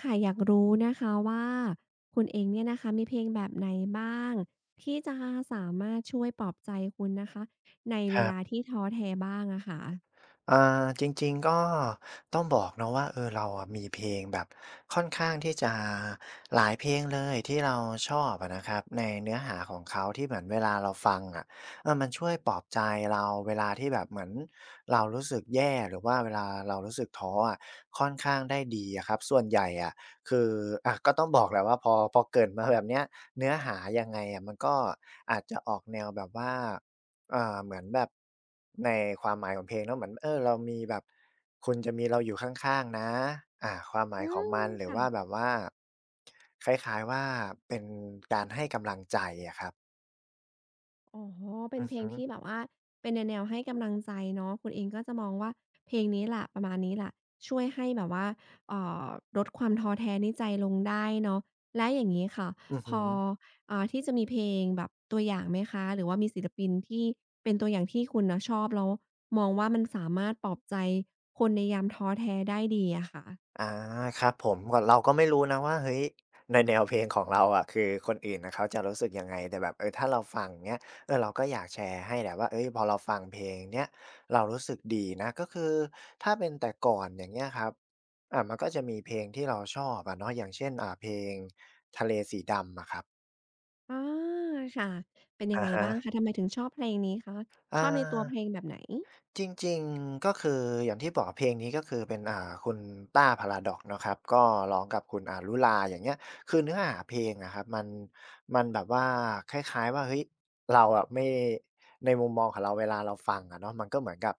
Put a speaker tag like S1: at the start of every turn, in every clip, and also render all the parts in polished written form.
S1: ค่ะอยากรู้นะคะว่าคุณเองเนี่ยนะคะมีเพลงแบบไหนบ้างที่จะสามารถช่วยปลอบใจคุณนะคะใน
S2: ค
S1: เว
S2: รั
S1: ลา
S2: บ
S1: ที่ท้อแท้บ้างอะค่ะ
S2: จริงๆก็ต้องบอกเนาะว่าเราอะมีเพลงแบบค่อนข้างที่จะหลายเพลงเลยที่เราชอบอะนะครับในเนื้อหาของเขาที่เหมือนเวลาเราฟังอะมันช่วยปลอบใจเราเวลาที่แบบเหมือนเรารู้สึกแย่หรือว่าเวลาเรารู้สึกท้ออะค่อนข้างได้ดีอะครับส่วนใหญ่อะคืออะก็ต้องบอกแหละว่าพอเกริ่นมาแบบเนี้ยเนื้อหายังไงอะมันก็อาจจะออกแนวแบบว่า เหมือนแบบในความหมายของเพลงเนาะเหมือนเรามีแบบคุณจะมีเราอยู่ข้างๆนะความหมา
S1: อื
S2: ยของ
S1: ม
S2: มันหรือ
S1: ค่ะ
S2: ว่าแบบว่าคล้ายๆว่าเป็นการให้กำลังใจอะครับ
S1: อ๋อ เป็น
S2: อือ
S1: เพลง
S2: ฮึ
S1: ที่แบบว่าเป็นในแนวให้กำลังใจเนาะคุณเองก็จะมองว่าเพลงนี้แหละประมาณนี้แหละช่วยให้แบบว่าเอ่อลดความท้อแท้ในใจลงได้เนาะและอย่างงี้ค่ะ
S2: อือ
S1: พ
S2: ฮึ
S1: อที่จะมีเพลงแบบตัวอย่างไหมคะหรือว่ามีศิลปินที่เป็นตัวอย่างที่คุณน่ะชอบแล้วมองว่ามันสามารถปลอบใจคนในยามท้อแท้ได้ดีอะค่ะ
S2: อาครับผมก็เราก็ไม่รู้นะว่าเฮ้ยในแนวเพลงของเราอะคือคนอื่นน่ะเขาจะรู้สึกยังไงแต่แบบถ้าเราฟังเงี้ยเราก็อยากแชร์ให้แหละว่าเฮ้ยพอเราฟังเพลงเนี้ยเรารู้สึกดีนะก็คือถ้าเป็นแต่ก่อนอย่างเงี้ยครับมันก็จะมีเพลงที่เราชอบอะเนาะอย่างเช่นเพลงทะเลสีดำอะครับ
S1: อาค่ะเป็นยัง
S2: อะ
S1: ไง
S2: ฮะ
S1: บ้างคะทำไมถึงชอบเพลงนี้คะ
S2: อา
S1: ชอบในตัวเพลงแบบไหน
S2: จริงๆก็คืออย่างที่บอกเพลงนี้ก็คือเป็นคุณต้า PARADOX เนาะครับก็ร้องกับคุณอารุลาอย่างเงี้ยคือเนื้อหาเพลงอะครับมันมันแบบว่าคล้ายๆว่าเฮ้ยเราอะไม่ในมุมมองของเราเวลาเราฟังอะเนาะมันก็เหมือนกับ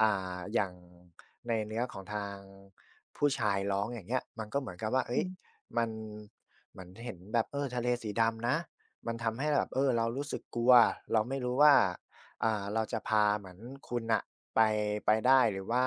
S2: อ่อย่างในเนื้อของทางผู้ชายร้องอย่างเงี้ยมันก็เหมือนกับว่าเฮ้
S1: อื
S2: ย
S1: ม
S2: มันเหมือนเห็นแบบทะเลสีดำนะมันทำให้แบบเรารู้สึกกลัวเราไม่รู้ว่าเราจะพาเหมือนคุณน่ะ ไปไปได้หรือว่า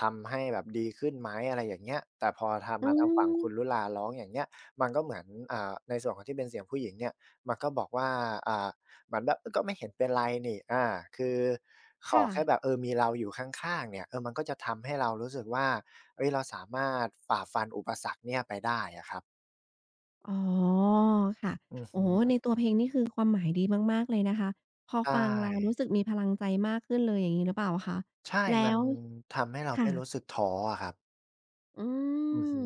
S2: ทำให้แบบดีขึ้นไหมอะไรอย่างเงี้ยแต่พอทำ
S1: อื
S2: มาทางฝั่ง
S1: ม
S2: คุณรุลาร้องอย่างเงี้ยมันก็เหมือนในส่วนของที่เป็นเสียงผู้หญิงเนี่ยมันก็บอกว่าอ่าเหมือนแบบก็ไม่เห็นเป็นไรนี่อาคือขอ
S1: ค่ะ
S2: แค่แบบมีเราอยู่ข้างๆเนี่ยมันก็จะทำให้เรารู้สึกว่าเฮ้ยเราสามารถฝ่าฟันอุปสรรคเนี่ยไปได้อะครับ
S1: อ๋อค่ะ
S2: อือ
S1: โอ้โฮ
S2: ฮึ
S1: ในตัวเพลงนี่คือความหมายดีมากๆเลยนะคะพอ
S2: ใช่
S1: ฟังแล้วรู้สึกมีพลังใจมากขึ้นเลยอย่างงี้หรือเปล่าคะ
S2: ใช่
S1: แล้
S2: มัน
S1: ว
S2: ทำให้เรา
S1: ค่ะ
S2: ไม่รู้สึกท้ออะครับ
S1: อื
S2: อือ
S1: ม
S2: ฮึ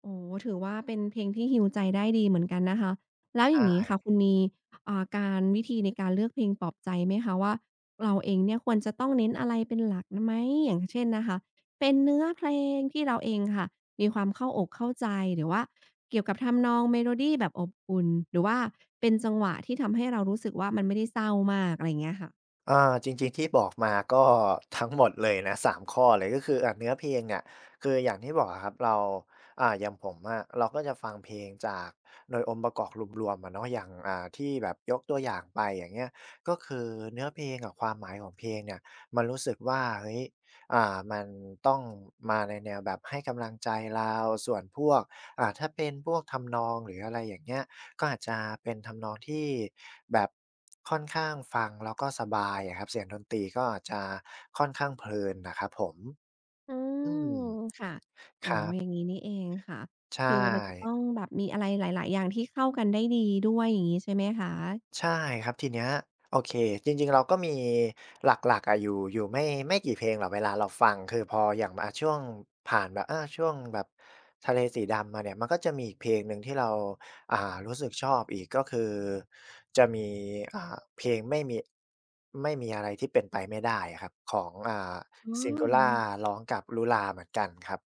S1: โอ้โถือว่าเป็นเพลงที่ heal ใจได้ดีเหมือนกันนะคะแล้ว
S2: ใช
S1: อย่างงี้ค่ะ
S2: ่
S1: คุณมีการวิธีในการเลือกเพลงปลอบใจไหมคะว่าเราเองเนี่ยควรจะต้องเน้นอะไรเป็นหลักไหมอย่างเช่นนะคะเป็นเนื้อเพลงที่เราเองค่ะมีความเข้าอกเข้าใจหรือว่าเกี่ยวกับทำนองเมโลดีแบบอบอุ่นหรือว่าเป็นจังหวะที่ทำให้เรารู้สึกว่ามันไม่ได้เศร้ามากอะไรอย่างเงี้ยค่ะ
S2: อาจริงๆที่บอกมาก็ ทั้งหมดเลยนะสามข้อเลยก็คือเนื้อเพลงเนี่ยคืออย่างที่บอกอะครับเราอย่างผมอะเราก็จะฟังเพลงจากโดยองค์ประกอบรวมๆอะเนาะอย่างที่แบบยกตัวอย่างไปอย่างเงี้ยก็คือเนื้อเพลงกับความหมายของเพลงเนี่ยมันรู้สึกว่าเฮ้ยมันต้องมาในแนวแบบให้กำลังใจเราส่วนพวกถ้าเป็นพวกทำนองหรืออะไรอย่างเงี้ย ก็อาจจะเป็นทำนองที่แบบค่อนข้างฟังแล้วก็สบายอะครับเสียงดนตรีก็อาจจะค่อนข้างเพลินนะครับผม
S1: อื
S2: อืม
S1: มค่ะ
S2: ค
S1: อ๋อ
S2: รับ
S1: อย่างงี้นี่เองค่ะ
S2: ใช่
S1: คือมันจะต้องแบบมีอะไรหลายๆอย่างที่เข้ากันได้ดีด้วยอย่างงี้ใช่ไหมคะ
S2: ใช่ครับทีเนี้ยโอเคจริงๆเราก็มีหลักๆอะอยู่ไม่กี่เพลงหรอกเวลาเราฟังคือพออย่างช่วงผ่านแบบอาช่วงแบบทะเลสีดำมาเนี่ยมันก็จะมีอีกเพลงหนึ่งที่เราอ่ารู้สึกชอบอีกก็คือจะมีเพลงไม่มีอะไรที่เป็นไปไม่ได้อะครับของ
S1: อ๋อ
S2: Singola ร้องกับ Lula เหมือนกันครับ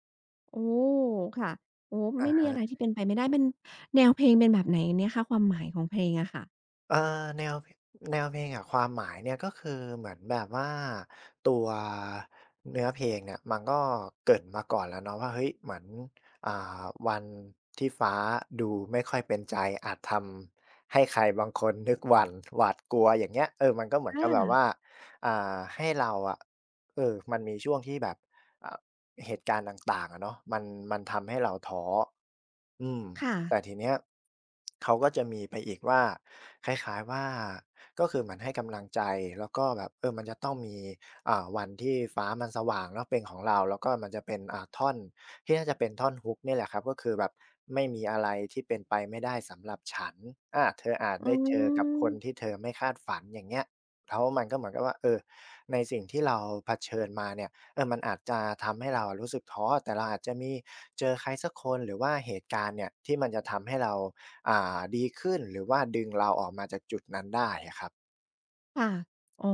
S1: โอ้ค่ะโอ้ไม่มี
S2: อา
S1: อะไรที่เป็นไปไม่ได้เป็นแนวเพลงเป็นแบบไหนเนี่ยคะความหมายของเพลงอะค่ะ
S2: เอ่อแนวเพแนวเพลงอะความหมายเนี่ยก็คือเหมือนแบบว่าตัวเนื้อเพลงเนี่ยมันก็เกริ่นมาก่อนแล้วเนาะว่าเฮ้ยเหมือนอ่าวันที่ฟ้าดูไม่ค่อยเป็นใจอาจทำให้ใครบางคนนึกหวั่นหวาดกลัวอย่างเงี้ยมันก็เหมือน
S1: อ
S2: กับแบบว่า
S1: า
S2: ให้เราอะมันมีช่วงที่แบบอ่าเหตุการณ์ต่างๆอะเนาะมันมันทำให้เราท้ออืม
S1: ค่ะ
S2: แต่ทีเนี้ยเขาก็จะมีไปอีกว่าคล้ายๆว่าก็คือเหมือนให้กำลังใจแล้วก็แบบมันจะต้องมีวันที่ฟ้ามันสว่างเนาะเป็นของเราแล้วก็มันจะเป็นท่อนที่น่าจะเป็นท่อน Hook เนี่ยแหละครับก็คือแบบไม่มีอะไรที่เป็นไปไม่ได้สำหรับฉันอาเธออาจ
S1: อื
S2: ได้เจอกับคนที่
S1: ม
S2: เธอไม่คาดฝันอย่างเงี้ยแล้วมันก็เหมือนกับว่าในสิ่งที่เราเผชิญมาเนี่ย มันอาจจะทำให้เราอะรู้สึกท้อแต่เราอาจจะมีเจอใครสักคนหรือว่าเหตุการณ์เนี่ยที่มันจะทำให้เรา ดีขึ้นหรือว่าดึงเราออกมาจากจุดนั้นได้อะครับ
S1: ค่ะอ๋อ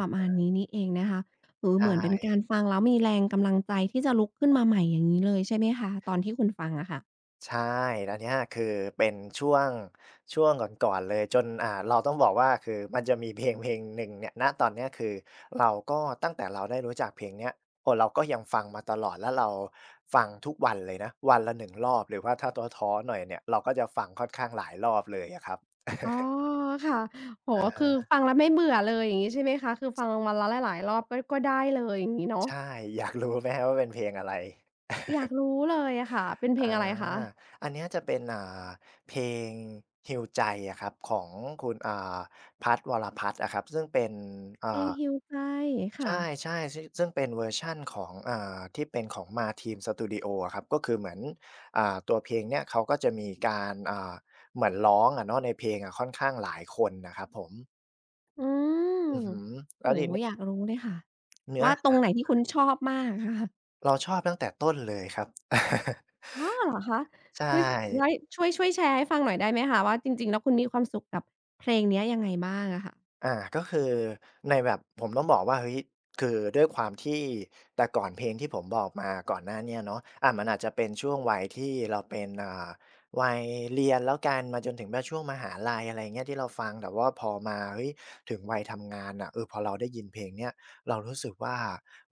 S1: ประมาณนี้นี่เองนะคะโอ้โฮ
S2: ใช่
S1: เหมือนเป็นการฟังแล้วมีแรงกำลังใจที่จะลุกขึ้นมาใหม่อย่างงี้เลยใช่ไหมคะตอนที่คุณฟังอะค่ะ
S2: ใช่แล้วเนี่ยคือเป็นช่วง ช่วงก่อนๆเลยจนเราต้องบอกว่าคือมันจะมีเพลงหนึ่งเนี่ยณตอนเนี้ยคือเราก็ตั้งแต่เราได้รู้จักเพลงเนี้ยโอ้เราก็ยังฟังมาตลอดแล้วเราฟังทุกวันเลยนะวันละ1รอบหรือว่าถ้าท้อๆหน่อยเนี่ยเราก็จะฟังค่อนข้างหลายรอบเลยอะครับ
S1: อ๋อค่ะโอ้โฮคือ
S2: อะ
S1: ฟังแล้วไม่เบื่อเลยอย่างงี้ใช่ไหมคะคือฟังวันละหลายๆรอบก็ได้เลยอย่างงี้เนาะ
S2: ใช่ อยากรู้ไหมครับว่าเป็นเพลงอะไร
S1: อยากรู้เลยอะค่ะเป็นเพ
S2: อ
S1: ลงอะไรคะ
S2: าอันเนี้ยจะเป็นเพลงฮีลใจอะครับของคุณพัชร์วรพัชร์อะครับซึ่งเป็น
S1: เพลง
S2: อ่า
S1: "Heal ใจ
S2: ใช
S1: ค่ะ
S2: ่ๆซึ่งเป็นเวอร์ชันของที่เป็นของ MATEAM Studio อะครับก็คือเหมือนอ่าตัวเพลงเนี้ยเขาก็จะมีการเหมือนร้องอะเนาะในเพลงอะค่อนข้างหลายคนนะครับผม
S1: อืม
S2: อือฮึแล้
S1: โอ้
S2: ว
S1: โฮ
S2: ทีเนี้ย
S1: อยากรู้เลยค่ะ
S2: เนื้อ
S1: ว่าตรงไหน
S2: หา
S1: ที่คุณชอบมากอะค่ะ
S2: เราชอบตั้งแต่ต้นเลยครับ
S1: อ๋อเหรอคะ
S2: ใช่
S1: เฮ้ยงั้นช่วยแชร์ให้ฟังหน่อยได้ไหมคะว่าจริงๆแล้วคุณมีความสุขกับเพลงเนี้ยยังไงบ้างอะค่ะ
S2: อาก็คือในแบบผมต้องบอกว่าเฮ้ยคือด้วยความที่แต่ก่อนเพลงที่ผมบอกมาก่อนหน้าเนี้ยเนาะอะมันอาจจะเป็นช่วงวัยที่เราเป็นวัยเรียนแล้วกันมาจนถึงแบบช่วงมหาลัยอะไรเงี้ยที่เราฟังแต่ว่าพอมาเฮ้ยถึงวัยทำงานอ่ะเออพอเราได้ยินเพลงเนี้ยเรารู้สึกว่า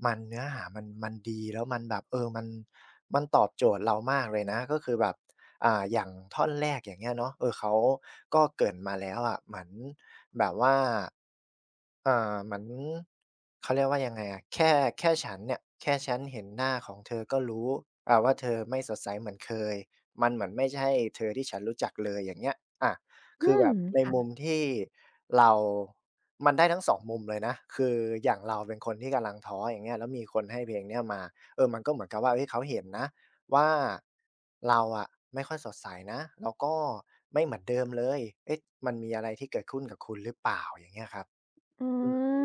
S2: มันเนื้อหามันดีแล้วมันแบบเออมันตอบโจทย์เรามากเลยนะก็คือแบบ อย่างท่อนแรกอย่างเงี้ยเนาะเออเขาก็เกริ่นมาแล้วอะเหมือนแบบว่า เหมือนเขาเรียกว่ายังไงอะแค่แค่ฉันเนี่ยแค่ฉันเห็นหน้าของเธอก็รู้ว่าเธอไม่สดใสเหมือนเคยมันเหมือนไม่ใช่เธอที่ฉันรู้จักเลยอย่างเงี้ยอา
S1: อื
S2: คือแบ
S1: ม
S2: บใน
S1: ค่ะ
S2: มุมที่เรามันได้ทั้งสองมุมเลยนะคืออย่างเราเป็นคนที่กำลังท้ออย่างเงี้ยแล้วมีคนให้เพลงเนี้ยมาเออมันก็เหมือนกับว่าเฮ้ยเขาเห็นนะว่าเราอะไม่ค่อยสดใสนะแล้วก็ไม่เหมือนเดิมเลยเอ๊ะมันมีอะไรที่เกิดขึ้นกับคุณหรือเปล่าอย่างเงี้ยครับ
S1: อื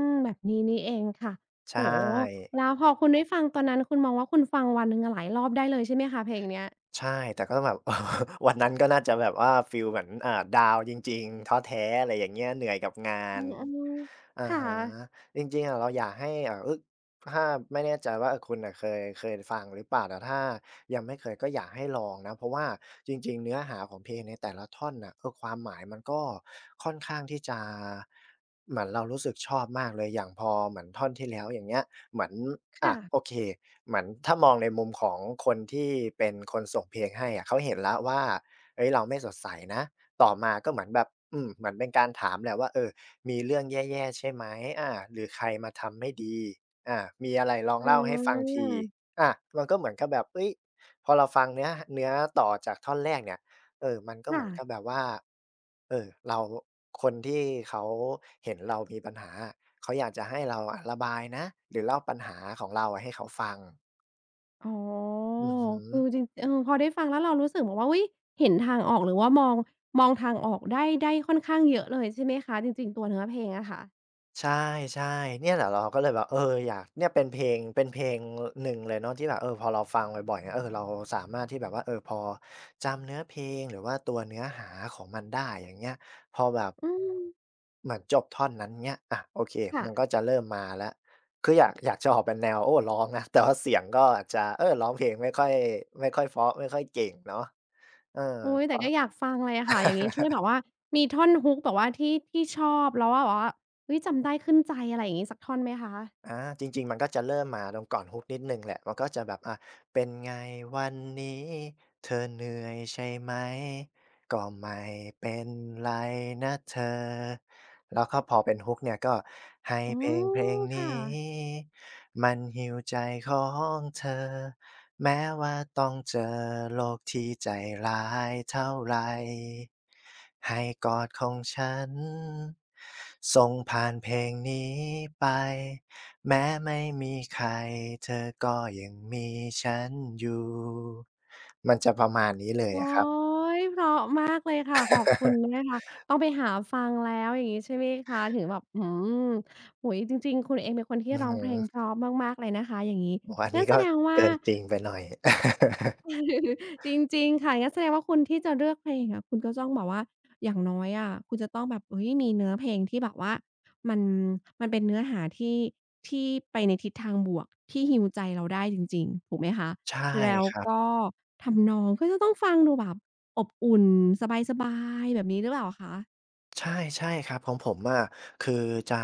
S1: มแบบนี้นี่เองค่ะ
S2: ใช
S1: โอ้โฮ
S2: ่
S1: แล้วพอคุณได้ฟังตอนนั้นคุณมองว่าคุณฟังวันหนึ่งอะหลายรอบได้เลยใช่ไหมคะเพลงเนี้ย
S2: ใช่ แต่ก็ต้องแบบ วันนั้นก็น่าจะแบบว่าฟีลเหมือนดาวน์จริงๆท้อแท้อะไรอย่างเงี้ยเหนื่อยกับงา
S1: อื
S2: น
S1: มๆ
S2: อา
S1: ค่ะ
S2: ฮะจริงๆอะเราอยากให้เออถ้าไม่แน่ใจว่าเออคุณอ่ะเคยฟังหรือเปล่าแต่ถ้ายังไม่เคยก็อยากให้ลองนะเพราะว่าจริงๆเนื้อหาของเพลงในแต่ละท่อนน่ะเออความหมายมันก็ค่อนข้างที่จะเหมือนเรารู้สึกชอบมากเลยอย่างพอเหมือนท่อนที่แล้วอย่างเงี้ย เหมือนอะโอ
S1: ค่ะ
S2: เคเหมือนถ้ามองในมุมของคนที่เป็นคนส่งเพลงให้อะเขาเห็นแล้วว่าเฮ้ยเราไม่สดใสนะต่อมาก็เหมือนแบบอืมเหมือนเป็นการถามแหละว่าเออมีเรื่องแย่ๆใช่ไหมอาหรือใครมาทำไม่ดีอามีอะไรลอง
S1: อื
S2: เล่าให้ฟังที
S1: ม
S2: อามันก็เหมือนกับแบบเฮ้ยพอเราฟังเนื้อต่อจากท่อนแรกเนี่ยเออมันก็เหมื
S1: ค่ะ
S2: อนกับแบบว่าเออเราคนที่เขาเห็นเรามีปัญหาอะ เขาอยากจะให้เราอะระบายนะหรือเล่าปัญหาของเราอะให้เขาฟัง
S1: อ๋อ
S2: อือฮึ
S1: คือจริงเออพอได้ฟังแล้วเรารู้สึกแบบว่าอุ๊ยเห็นทางออกหรือว่ามองทางออกได้ค่อนข้างเยอะเลยใช่ไหมคะจริงๆตัวเนื้อเพลงอะค่ะ
S2: ใช่ๆเนี่ยแหละเราก็เลยแบบเอออยากเนี่ยเป็นเพลงหนึ่งเลยเนาะที่แบบเออพอเราฟังบ่อยๆเนี่ยเออเราสามารถที่แบบว่าเออพอจำเนื้อเพลงหรือว่าตัวเนื้อหาของมันได้อย่างเงี้ยพอแบบ
S1: อืม
S2: เหมือนจบท่อนนั้นเงี้ยอะโอเค
S1: ค่ะ
S2: มันก็จะเริ่มมาแล้วคืออยากจะออกเป็นแนวโอ้ร้องนะ แต่ว่าเสียงก็อาจจะเออร้องเพลงไม่ค่อยเพราะไม่ค่อยเก่งเนาะเออ
S1: โอุ๊ยแต่ก็อยากฟังเลยอะค่ะอย่างงี้ช่วยแบบว่ามีท่อน Hook แบบว่าที่ชอบแล้วว่าแบบว่าเฮ้ยจำได้ขึ้นใจอะไรอย่างงี้สักท่อนไหมคะ
S2: อาจริงๆมันก็จะเริ่มมาตรงก่อน Hook นิดหนึ่งแหละมันก็จะแบบอาเป็นไงวันนี้เธอเหนื่อยใช่ไหมก็ไม่เป็นไรนะเธอแล้วก็พอเป็น Hook เนี่ยก็ให้
S1: อื
S2: เพลง
S1: ม
S2: นี
S1: ค่ะ
S2: ้มันฮีลใจของเธอแม้ว่าต้องเจอโลกที่ใจร้ายเท่าไรให้กอดของฉันส่งผ่านเพลงนี้ไป แม้ไม่มีใครเธอก็ยังมีฉันอยู่มันจะประมาณนี้เลย
S1: โอ๊
S2: อะครับ
S1: ยเพราะมากเลยค่ะขอบคุณนะคะต้องไปหาฟังแล้วอย่างงี้ใช่ไหมคะถึงแบบอื้อฮือโอ้โฮจริงๆคุณเองเป็นคนที่
S2: อือ
S1: ร้อ
S2: ฮึ
S1: งเพลงเพราะมากๆเลยนะคะอย่างงี้
S2: โอ้โฮอัน
S1: งั้
S2: นี้
S1: นแส
S2: ก็
S1: ดงว่า
S2: เกินจริงไปหน่อย
S1: จริงๆค่ะงั้นแสดงว่าคุณที่จะเลือกเพลงอะคุณก็ต้องแบบว่าอย่างน้อยอะคุณจะต้องแบบเฮ้ยมีเนื้อเพลงที่แบบว่ามันมันเป็นเนื้อหาที่ที่ไปในทิศทางบวกที่ heal ใจเราได้จริงๆถูกไหมคะ
S2: ใช่
S1: แล้ว
S2: ครับ
S1: ก็ทำนองก็จะต้องฟังดูแบบอบอุ่นสบายๆแบบนี้หรือเปล่าคะ
S2: ใช่ใช่ครับของผมอะคือจะ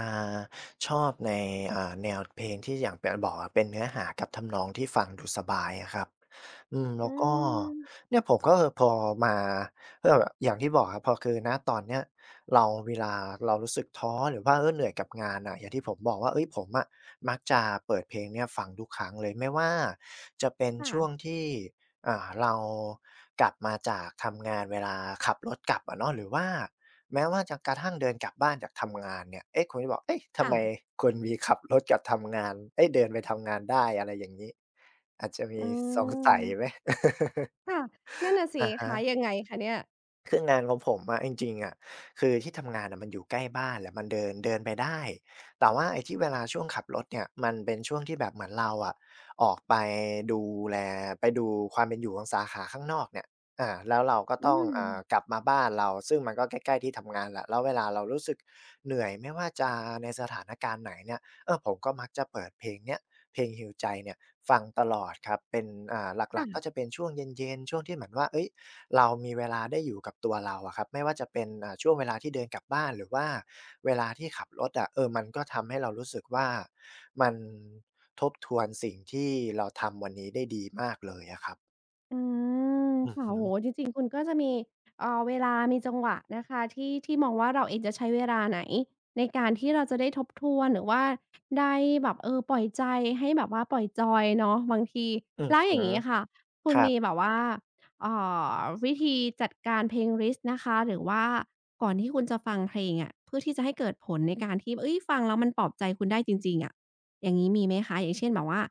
S2: ชอบในแนวเพลงที่อย่างอบอกอะเป็นเนื้อหากับทำนองที่ฟังดูสบายอะครับอืมแล้
S1: อื
S2: วก็
S1: ม
S2: เนี่ยผมก็พอมาก็แบบอย่างที่บอกครับพอคือณตอนเนี้ยเราเวลาเรารู้สึกท้อหรือว่าเหนื่อยกับงานน่ะอย่างที่ผมบอกว่าเฮ้ยผมอะมักจะเปิดเพลงเนี้ยฟังทุกครั้งเลยไม่ว่าจะเป็นช่วง
S1: ค่ะ
S2: ที่ เรากลับมาจากทำงานเวลาขับรถกลับอะเนาะหรือว่าแม้ว่าจะกระทั่งเดินกลับบ้านจากทำงานเนี่ยเอ๊ะคุณจะบอกเอ๊ะทำ
S1: ค่ะ
S2: ไมคุณมีขับรถกลับทำงานเอ๊ยเดินไปทำงานได้อะไรอย่างงี้อาจจะมี
S1: อื
S2: สงสั
S1: ม
S2: ยไหม
S1: ค่ะนั่นน่ะสิ
S2: อะฮะ
S1: คะยังไงคะเนี่ย
S2: คืองานของผมอะจริงๆอะคือที่ทำงานน่ะมันอยู่ใกล้บ้านแหละมันเดินเดินไปได้แต่ว่าไอ้ที่เวลาช่วงขับรถเนี่ยมันเป็นช่วงที่แบบเหมือนเราอะออกไปดูแลไปดูความเป็นอยู่ของสาขาข้างนอกเนี่ยอาแล้วเราก็
S1: อื
S2: ต้อง
S1: ม
S2: กลับมาบ้านเราซึ่งมันก็ใกล้ๆที่ทำงานแหละแล้วเวลาเรารู้สึกเหนื่อยไม่ว่าจะในสถานการณ์ไหนเนี่ยผมก็มักจะเปิดเพลงเนี้ยเพลง heal ใจเนี่ยฟังตลอดครับเป็นหลักๆก็
S1: ค่ะ
S2: จะเป็นช่วงเย็นๆช่วงที่เหมือนว่าเฮ้ย เรามีเวลาได้อยู่กับตัวเราอะครับไม่ว่าจะเป็นช่วงเวลาที่เดินกลับบ้านหรือว่าเวลาที่ขับรถอะมันก็ทำให้เรารู้สึกว่ามันทบทวนสิ่งที่เราทำวันนี้ได้ดีมากเลยอะครับ
S1: อืม
S2: อือ
S1: ค่ะ
S2: ฮึ
S1: โอ้โฮจริงๆคุณก็จะมีเวลามีจังหวะนะคะที่มองว่าเราเองจะใช้เวลาไหนในการที่เราจะได้ทบทวนหรือว่าได้แบบเออปล่อยใจให้แบบว่าปล่อยจอยเนาะบางที
S2: อือ
S1: แล้วอ
S2: ฮึ
S1: ย่างงี้ค่ะคุ
S2: ค
S1: ณ
S2: รั
S1: มี
S2: บ
S1: แบบว่าเอ่อวิธีจัดการเพลงลิสตนะคะหรือว่าก่อนที่คุณจะฟังเพลงอะเพื่อที่จะให้เกิดผลในการที่เฮ้ยฟังแล้วมันปลอบใจคุณได้จริงๆอะ อย่างงี้มีไหมคะอย่างเช่นแบบว่า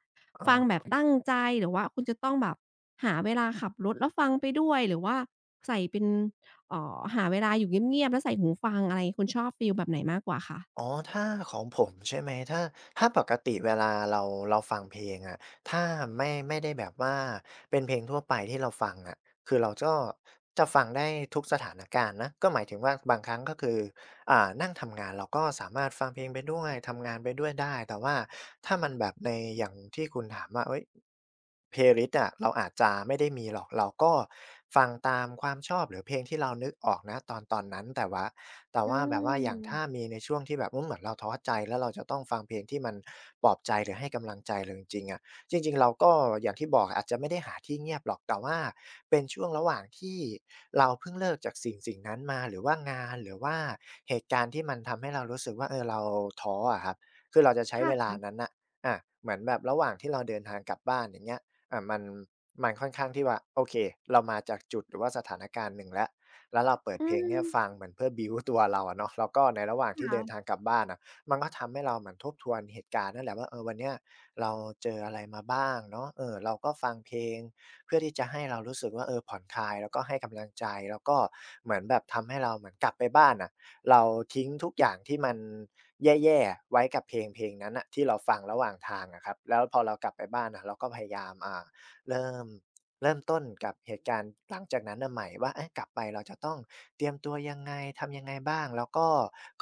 S2: อ๋
S1: ฟังแบ
S2: อ
S1: บตั้งใจหรือว่าคุณจะต้องแบบหาเวลาขับรถแล้วฟังไปด้วยหรือว่าใส่เป็นหาเวลาอยู่เงียบๆแล้วใส่หูฟังอะไรคุณชอบฟีลแบบไหนมากกว่าคะ
S2: อ๋อถ้าของผมใช่ไหมถ้าปกติเวลาเราฟังเพลงอะถ้าไม่ได้แบบว่าเป็นเพลงทั่วไปที่เราฟังอะคือเราก็จะฟังได้ทุกสถานการณ์นะก็หมายถึงว่าบางครั้งก็คือ นั่งทำงานเราก็สามารถฟังเพลงไปด้วยทำงานไปด้วยได้แต่ว่าถ้ามันแบบในอย่างที่คุณถามว่าเฮ้ย Playlist อะเราอาจจะไม่ได้มีหรอกเราก็ฟังตามความชอบหรือเพลงที่เรานึกออกณตอนตอนนั้นแต่ว่า
S1: อื
S2: แบบว่าอย่างถ้า
S1: ม
S2: มีในช่วงที่แบบอืมเหมือนเราท้อใจแล้วเราจะต้องฟังเพลงที่มันปลอบใจหรือให้กำลังใจเราจริงๆอะ จริงๆเราก็อย่างที่บอกอาจจะไม่ได้หาที่เงียบหรอกแต่ว่าเป็นช่วงระหว่างที่เราเพิ่งเลิกจากสิ่งสิ่งนั้นมาหรือว่างานหรือว่าเหตุการณ์ที่มันทำให้เรารู้สึกว่าเราท้ออะครับคือเราจะใช้
S1: ค่
S2: เวลา
S1: ะ
S2: นั้นน่ะอาเหมือนแบบระหว่างที่เราเดินทางกลับบ้านอย่างเงี้ยมันค่อนข้างที่ว่าโอเคเรามาจากจุดหรือว่าสถานการณ์หนึ่งแล้วเราเปิด
S1: อื
S2: เพลงเนี่ยฟัง
S1: ม
S2: เหมือนเพื่อบิลด์ตัวเราอะเนาะแล้วก็ในระหว่างที่เดินทาง
S1: ค่ะ
S2: กลับบ้านอะมันก็ทำให้เราเหมือนทบทวนเหตุการณ์นั่นแหละว่าวันเนี้ย เราเจออะไรมาบ้างเนาะเราก็ฟังเพลงเพื่อที่จะให้เรารู้สึกว่าผ่อนคลายแล้วก็ให้กำลังใจแล้วก็เหมือนแบบทำให้เราเหมือนกลับไปบ้านน่ะเราทิ้งทุกอย่างที่มันแย่ๆไว้กับเพลงเพลงนั้นน่ะที่เราฟังระหว่างทางอะครับแล้วพอเรากลับไปบ้านน่ะเราก็พยายามเริ่ม ต้นกับเหตุการณ์หลังจากนั้นน่ะใหม่ว่าเอ๊ะกลับไปเราจะต้องเตรียมตัวยังไงทำยังไงบ้างแล้วก็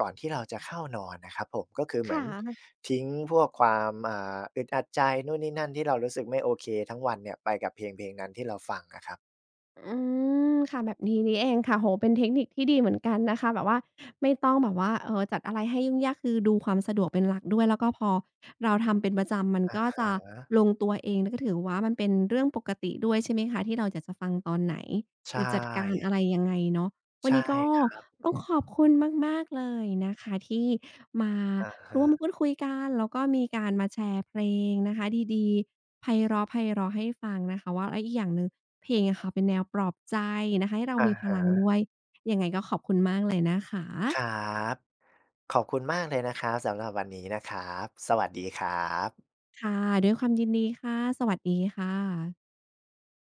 S2: ก่อนที่เราจะเข้านอนนะครับผมก็คือ
S1: ค
S2: เหมือน
S1: ่ะ
S2: ทิ้งพวกความอึดอัดใจนู่นนี่นั่นที่เรารู้สึกไม่โอเคทั้งวันเนี่ยไปกับเพลงๆนั้นที่เราฟังอะครับ
S1: อืมค่ะแบบนี้นี่เองค่ะโอ้โฮเป็นเทคนิคที่ดีเหมือนกันนะคะแบบว่าไม่ต้องแบบว่าจัดอะไรให้ยุ่งยากคือดูความสะดวกเป็นหลักด้วยแล้วก็พอเราทำเป็นประจำมัน
S2: อะ
S1: ก็จะ
S2: ฮะ
S1: ลงตัวเองแล้วก็ถือว่ามันเป็นเรื่องปกติด้วยใช่ไหมคะที่เราอยากจะฟังตอนไหน
S2: ใช
S1: หรือจัดการ
S2: ่
S1: อะไรยังไงเนาะวั
S2: ใช
S1: นนี้ก็
S2: ่
S1: ต้องขอบคุณมากๆเลยนะคะที่มา
S2: อะ
S1: ร่วมพู
S2: ฮะ
S1: ดคุยกันแล้วก็มีการมาแชร์เพลงนะคะดีๆไพเราะไพเราะให้ฟังนะคะว่าแล้วอีกอย่างหนึ่งเพลงอะค่ะเป็นแนวปลอบใจนะคะให้เรา
S2: อะ
S1: มีพลัง
S2: ฮะ
S1: ด้วยยังไงก็ขอบคุณมากเลยนะคะ
S2: ครับขอบคุณมากเลยนะครับสำหรับวันนี้นะครับสวัสดีครับ
S1: ค่ะด้วยความยินดีค่ะสวัสดีค่ะ